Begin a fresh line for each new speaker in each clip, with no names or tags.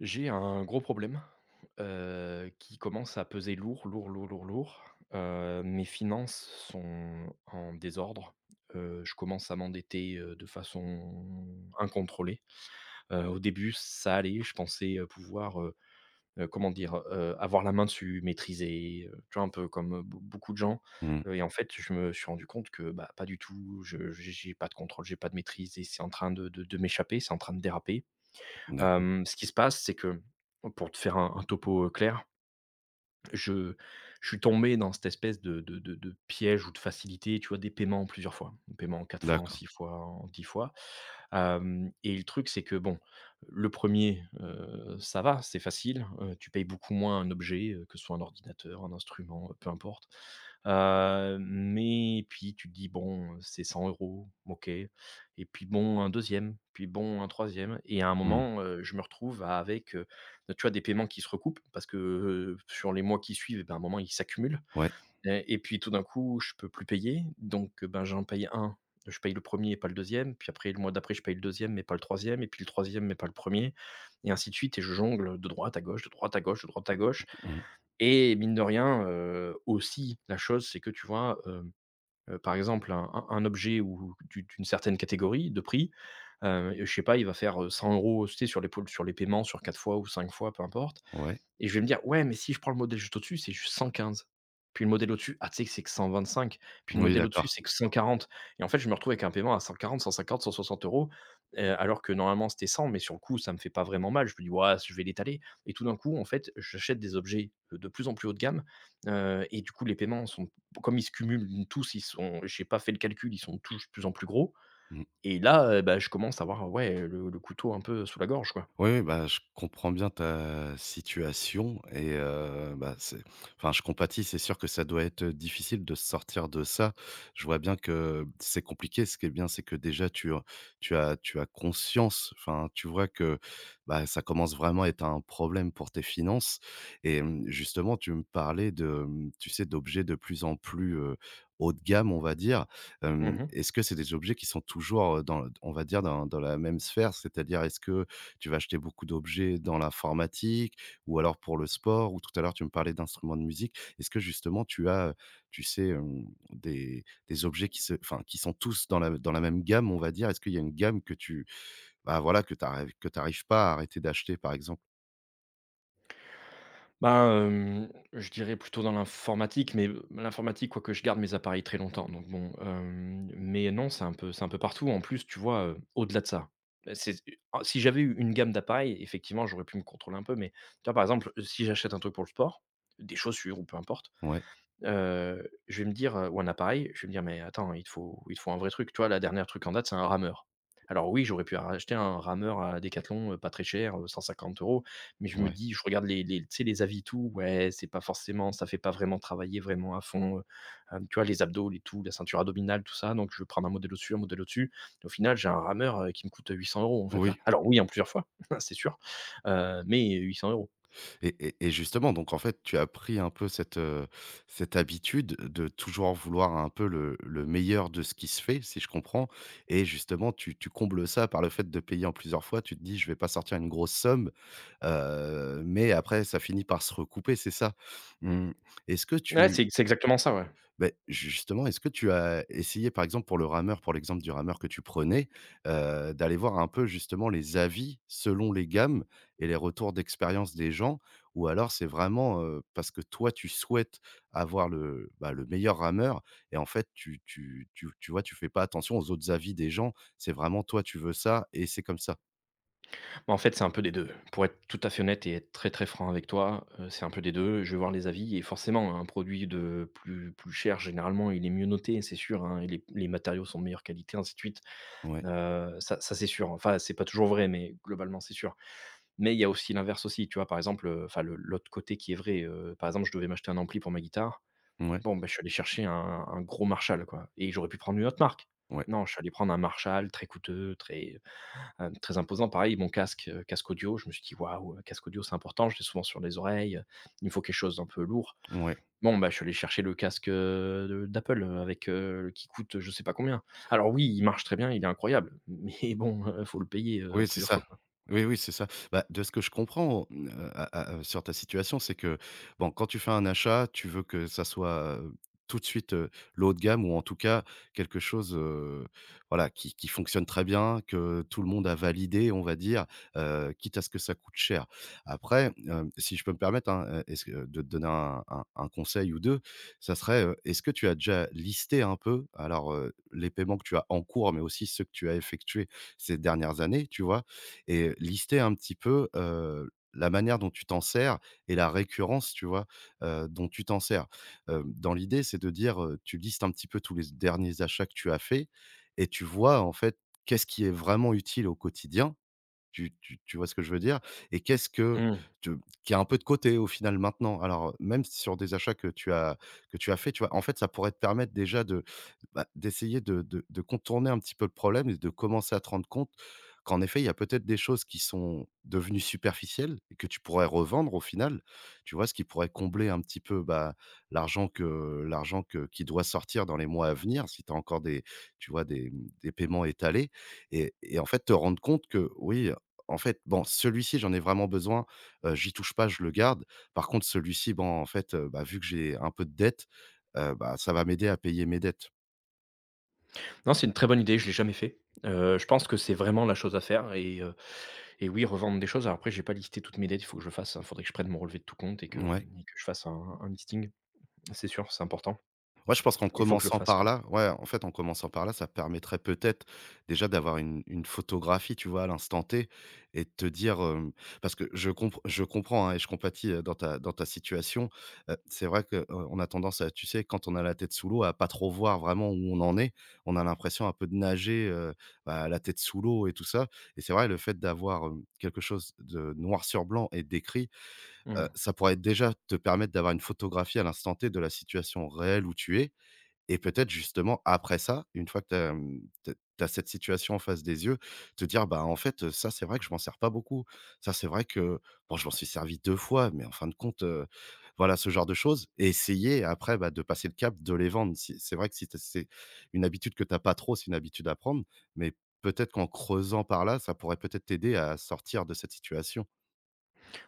J'ai un gros problème, qui commence à peser lourd, lourd, lourd, lourd, lourd. Mes finances sont en désordre. Je commence à m'endetter, de façon incontrôlée. Au début, ça allait, je pensais, pouvoir, comment dire? Avoir la main dessus, maîtriser, tu vois? Un peu comme, beaucoup de gens.
Mmh.
Et en fait, je me suis rendu compte que, bah, pas du tout, je j'ai pas de contrôle, j'ai pas de maîtrise et c'est en train de m'échapper, c'est en train de déraper.
D'accord,
Ce qui se passe, c'est que, pour te faire un topo, clair, je je suis tombé dans cette espèce de piège ou de facilité, tu vois? Des paiements en plusieurs fois, des paiements en 4 fois, en
d'accord.
6 fois, en 10 fois. Hem Et le truc, c'est que bon, le premier, er ça va, c'est facile, tu payes beaucoup moins un objet, que ce soit un ordinateur, un instrument, peu importe. Mais puis tu te dis: «Bon, c'est 100 euros, OK». Et puis bon, un deuxième, puis bon, un troisième. Et à un
Mmh.
moment, je me retrouve à avec, bah, tu vois, des paiements qui se recoupent parce que, sur les mois qui suivent et ben, à un moment, ils s'accumulent
Ouais.
et puis tout d'un coup, je peux plus payer donc, ben, j'en paye un je paye le premier er et pas le deuxième, puis après le mois d'après, je paye le deuxième mais pas le troisième et puis le troisième mais pas le premier et ainsi de suite, et je jongle de droite à gauche, de droite à gauche, de droite à gauche.
Mmh.
Et mine de rien, aussi la chose, c'est que tu vois, par exemple un objet ou d'une certaine catégorie de prix, je sais pas, il va faire, 100 €, tu sais, sur les paiements sur 4 fois ou 5 fois, peu importe,
Ouais.
et je vais me dire: «Ouais, mais si je prends le modèle juste au-dessus, c'est juste 115. Puis le modèle au-dessus, ah, tu sais que c'est que 125. Puis le
Oui,
modèle au-dessus,
d'accord.
c'est que 140». Et en fait, je me retrouve avec un paiement à 140-150-160 €, alors que normalement c'était 100, mais sur le coup, ça me fait pas vraiment mal. Je me dis: «Ouais, je vais l'étaler», et tout d'un coup, en fait, j'achète des objets de plus en plus haut de gamme, et du coup, les paiements sont, comme ils se cumulent tous, ils sont, j'ai pas fait le calcul, ils sont tous de plus en plus gros.
Mmh.
Et là, bah, je commence à avoir, ouais, le couteau un peu sous la gorge, quoi.
Oui, oui, bah, je comprends bien ta situation et bah, c'est je compatis, c'est sûr que ça doit être difficile de sortir de ça. Je vois bien que c'est compliqué. Ce qui est bien, c'est que déjà tu as conscience, enfin, tu vois que, bah, ça commence vraiment à être un problème pour tes finances et mmh, justement, tu me parlais de, mmh, tu sais, d'objets de plus en plus, haut de gamme, on va dire.
Mmh.
Est-ce que c'est des objets qui sont toujours dans, on va dire, dans la même sphère? C'est-à-dire, est-ce que tu vas acheter beaucoup d'objets dans l'informatique ou alors pour le sport? Ou tout à l'heure tu me parlais d'instruments de musique. Est-ce que justement tu as, tu sais, des objets qui se qui sont tous dans la, même gamme, on va dire? Est-ce qu'il y a une gamme que tu arrives, pas à arrêter d'acheter, par exemple?
Bah, je dirais plutôt dans l'informatique, mais l'informatique, quoique je garde mes appareils très longtemps, donc bon, mais non, c'est un peu partout. En plus, tu vois, au-delà de ça, c'est ah, si j'avais eu une gamme d'appareils, effectivement, j'aurais pu me contrôler un peu, mais tu vois, par exemple, si j'achète un truc pour le sport, des chaussures ou peu importe.
Ouais,
Je vais me dire, ou un appareil, je vais me dire: «Mais attends, il te faut un vrai truc». Tu vois, la dernière truc en date, c'est un rameur. Alors oui, j'aurais pu acheter un rameur à Decathlon, pas très cher, 150 euros. Mais je me
ouais.
dis, je regarde les tu sais, les avis, tout, ouais, c'est pas forcément, ça fait pas vraiment travailler vraiment à fond, tu vois, les abdos, les tout, la ceinture abdominale, tout ça, donc je vais prendre un modèle au-dessus, un modèle au-dessus. Au final, j'ai un rameur, qui me coûte, 800 € en fait, là.
Oui.
Alors oui, en plusieurs fois, c'est sûr, mais 800 euros.
Et justement, donc en fait, tu as pris un peu cette, cette habitude de toujours vouloir un peu le meilleur de ce qui se fait, si je comprends, et justement tu combles ça par le fait de payer en plusieurs fois. Tu te dis: «Je vais pas sortir une grosse somme», mais après ça finit par se recouper, c'est ça? Mmh, est-ce que
Ouais,
tu
c'est exactement ça, ouais.
ben justement, est-ce que tu as essayé, par exemple, pour le rameur, pour l'exemple du rameur que tu prenais, d'aller voir un peu justement les avis selon les gammes et les retours d'expérience des gens? Ou alors c'est vraiment, parce que toi tu souhaites avoir le, bah, le meilleur rameur, et en fait tu vois, tu fais pas attention aux autres avis des gens, c'est vraiment toi, tu veux ça et c'est comme ça?
En fait, c'est un peu des 2. Pour être tout à fait honnête et être très, très franc avec toi, c'est un peu des 2. Je vais voir les avis et forcément un produit de plus cher, généralement, il est mieux noté, c'est sûr, hein, et les matériaux sont de meilleure qualité, ainsi de suite.
Ouais,
Ça, c'est sûr. Enfin, c'est pas toujours vrai, mais globalement, c'est sûr. Mais il y a aussi l'inverse aussi, tu vois? Par exemple, enfin le l'autre côté qui est vrai, par exemple, je devais m'acheter un ampli pour ma guitare.
ouais,
Bon, ben, je suis allé chercher un gros Marshall, quoi, et j'aurais pu prendre une autre marque.
ouais,
Non, je suis allé prendre un Marshall très coûteux, très imposant. Pareil, mon casque, casque audio, je me suis dit: «Waouh, casque audio, c'est important, je l'ai souvent sur les oreilles, il me faut quelque chose d'un peu lourd».
ouais.
Bon, bah, je suis allé chercher le casque, de d'Apple, avec, qui coûte, je sais pas combien. Alors oui, il marche très bien, il est incroyable, mais bon, faut le payer,
Oui, c'est
plusieurs fois,
ça.
quoi.
Oui, oui, c'est ça. Bah, de ce que je comprends, mmh, à sur ta situation, c'est que, bon, quand tu fais un achat, tu veux que ça soit, tout de suite, le haut de gamme, ou en tout cas quelque chose, voilà, qui fonctionne très bien, que tout le monde a validé, on va dire, quitte à ce que ça coûte cher. Après, si je peux me permettre, hein, est-ce que de te donner un un conseil ou 2, ça serait, est-ce que tu as déjà listé un peu, alors, les paiements que tu as en cours, mais aussi ceux que tu as effectués ces dernières années, tu vois? Et lister un petit peu, la manière dont tu t'en sers et la récurrence, tu vois, dont tu t'en sers. Dans l'idée, c'est de dire, tu listes un petit peu tous les derniers achats que tu as faits, et tu vois, en fait, qu'est-ce qui est vraiment utile au quotidien, tu vois ce que je veux dire? Et qu'est-ce que
Mmh.
tu qui a un peu de côté au final maintenant. Alors, même sur des achats que tu as fait, tu vois? En fait, ça pourrait te permettre déjà de, bah, d'essayer de contourner un petit peu le problème et de commencer à te rendre compte qu'en effet, il y a peut-être des choses qui sont devenues superficielles et que tu pourrais revendre au final. Tu vois? Ce qui pourrait combler un petit peu, bah, l'argent que qui doit sortir dans les mois à venir, si tu as encore des, tu vois, des, mmh, des paiements étalés, et en fait, te rendre compte que oui, en fait, bon, celui-ci, j'en ai vraiment besoin, j'y touche pas, je le garde. Par contre, celui-ci, bon, en fait, bah, vu que j'ai un peu de dettes, bah, ça va m'aider à payer mes dettes.
Non, c'est une très bonne idée, je l'ai jamais fait. Je pense que c'est vraiment la chose à faire, et oui, revendre des choses. Alors après, j'ai pas listé toutes mes dettes, il faut que je le fasse, il faudrait que je prenne mon relevé de tout compte et que,
Ouais.
je fasse un listing. C'est sûr, c'est important.
Ouais, je pense qu'en
Il faut que je le
commençant
fasse,
par
ouais.
là, ouais, en fait, en commençant par là, ça permettrait peut-être déjà d'avoir une photographie, tu vois, à l'instant T, et de te dire, hem parce que je comprends, hein, et je compatis, dans ta, situation. C'est vrai qu'on a tendance à, tu sais, quand on a la tête sous l'eau, à pas trop voir vraiment où on en est. On a l'impression un peu de nager, bah, la tête sous l'eau et tout ça, et c'est vrai, le fait d'avoir, quelque chose de noir sur blanc et d'écrit,
Mmh.
ça pourrait déjà te permettre d'avoir une photographie à l'instant T de la situation réelle où tu es, et peut-être justement après ça, une fois que tu as, mmh, cette situation en face des yeux, te dire: «Bah, en fait, ça, c'est vrai que je m'en sers pas beaucoup. Ça, c'est vrai que, bon, je m'en suis servi 2 fois, mais en fin de compte,» voilà, ce genre de choses, et essayer après, bah, de passer le cap de les vendre. Si c'est vrai que si tu c'est une habitude que t'as pas trop, c'est une habitude à prendre, mais peut-être qu'en creusant par là, ça pourrait peut-être t'aider à sortir de cette situation.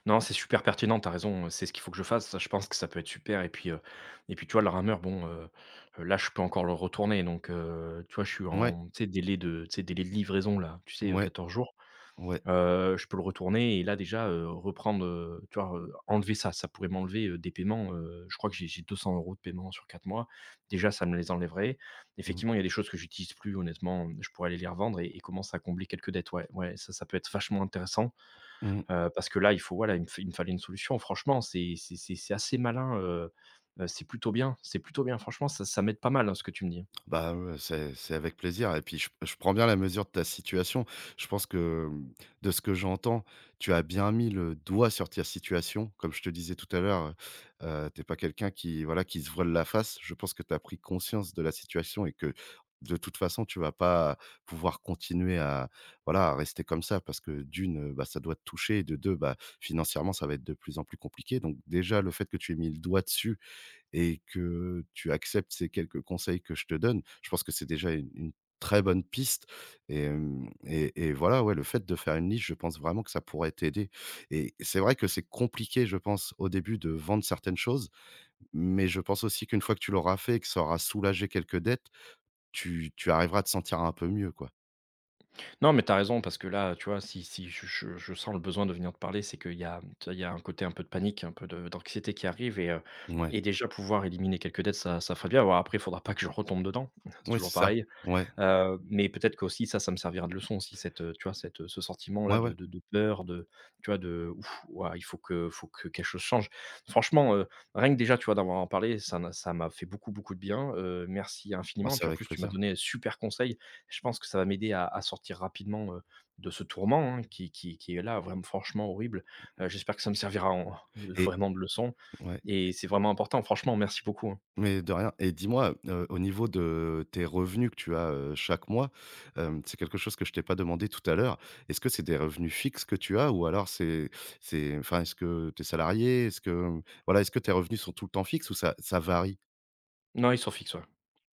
Non, c'est super pertinent, t'as raison, c'est ce qu'il faut que je fasse, ça, je pense que ça peut être super. Et puis, tu vois, le rameur, bon, là, je peux encore le retourner donc, tu vois, je suis
Ouais,
en, tu sais, délai de, tu sais, délai de livraison, là, tu sais,
ouais,
14 jours.
ouais.
Je peux le retourner et là, déjà, reprendre, tu vois, enlever ça, ça pourrait m'enlever, des paiements, je crois que j'ai 200 € de paiement sur 4 mois. Déjà, ça me les enlèverait.
Mmh.
Effectivement, il y a des choses que j'utilise plus, honnêtement, je pourrais aller les revendre et commencer à combler quelques dettes. Ouais, ouais, ça peut être vachement intéressant.
Mmh.
Parce que là, il faut voilà, il me fallait une solution. Franchement, c'est assez malin, c'est plutôt bien, c'est plutôt bien. Franchement, ça m'aide pas mal, hein, ce que tu me dis.
Bah, ouais, c'est avec plaisir, et puis je prends bien la mesure de ta situation. Je pense que, mmh, de ce que j'entends, tu as bien mis le doigt sur ta situation. Comme je te disais tout à l'heure, pas quelqu'un qui, voilà, qui se voile la face. Je pense que tu as pris conscience de la situation et que, de toute façon, tu vas pas pouvoir continuer à, voilà, à rester comme ça, parce que d'une, bah, ça doit te toucher, et de 2, bah, financièrement, ça va être de plus en plus compliqué. Donc déjà, le fait que tu aies mis le doigt dessus et que tu acceptes ces quelques conseils que je te donne, je pense que c'est déjà une très bonne piste. Et hem et voilà, ouais, le fait de faire une liste, je pense vraiment que ça pourrait t'aider, et c'est vrai que c'est compliqué, je pense, au début, de vendre certaines choses, mais je pense aussi qu'une fois que tu l'auras fait et que ça aura soulagé quelques dettes, tu arriveras à te sentir un peu mieux, quoi.
Non, mais t'as raison parce que là, tu vois, si je sens le besoin de venir te parler, c'est qu'il y a, tu vois, il y a un côté un peu de panique, un peu de d'anxiété qui arrive,
Ouais.
et déjà pouvoir éliminer quelques dettes, ça ferait bien. Bon après, il faudra pas que je retombe dedans, c'est
Ouais,
toujours
c'est ça.
pareil.
Ouais.
Mais peut-être qu'aussi ça, ça me servira de leçon aussi, tu vois, ce sentiment-là
Ouais,
de
ouais.
de de peur, de tu vois, de: «Ouf, ouah, il faut que quelque chose change». Franchement, rien que déjà, tu vois, d'avoir en parlé, ça m'a fait beaucoup, beaucoup de bien, merci
Bah,
infiniment. Et
c'est
puis en
avec
plus, tu m'as
plaisir
donné un super conseil. Je pense que ça va m'aider à sortir rapidement, de ce tourment, hein, qui est là, vraiment franchement horrible. J'espère que ça me servira en
et
vraiment de leçon,
ouais.
et c'est vraiment important. Franchement, merci beaucoup, hein.
Mais de rien. Et dis-moi, au niveau de tes revenus que tu as, chaque mois, c'est quelque chose que je t'ai pas demandé tout à l'heure. Est-ce que c'est des revenus fixes que tu as, ou alors c'est enfin, est-ce que tu es salarié? Est-ce que, voilà, est-ce que tes revenus sont tout le temps fixes ou ça varie?
Non, ils sont fixes, ouais.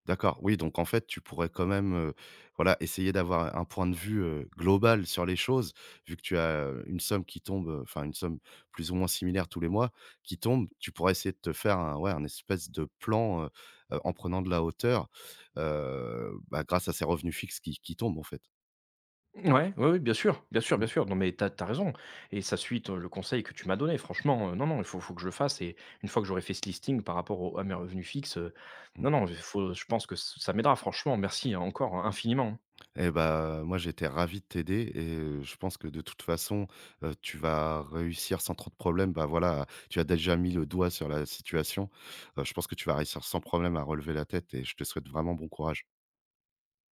D'accord, oui, donc en fait, tu pourrais quand même, voilà, essayer d'avoir un point de vue, global sur les choses, vu que tu as, une somme qui tombe, enfin une somme plus ou moins similaire tous les mois qui tombe. Tu pourrais essayer de te faire un, ouais, un espèce de plan, en prenant de la hauteur, bah, grâce à ces revenus fixes qui tombent, en fait.
Ouais, oui, oui, bien sûr, bien sûr, bien
Mmh.
sûr. Non, mais t'as raison, et ça suit ton le conseil que tu m'as donné. Franchement, non, non, il faut que je le fasse, et une fois que j'aurai fait ce listing par rapport au à mes revenus fixes, non, non, il faut je pense que ça m'aidera franchement. Merci hein, encore hein, infiniment.
Eh ben moi, j'étais ravi de t'aider et je pense que de toute façon, tu vas réussir sans trop de problèmes. Bah, voilà, tu as déjà mis le doigt sur la situation. Je pense que tu vas réussir sans problème à relever la tête, et je te souhaite vraiment bon courage.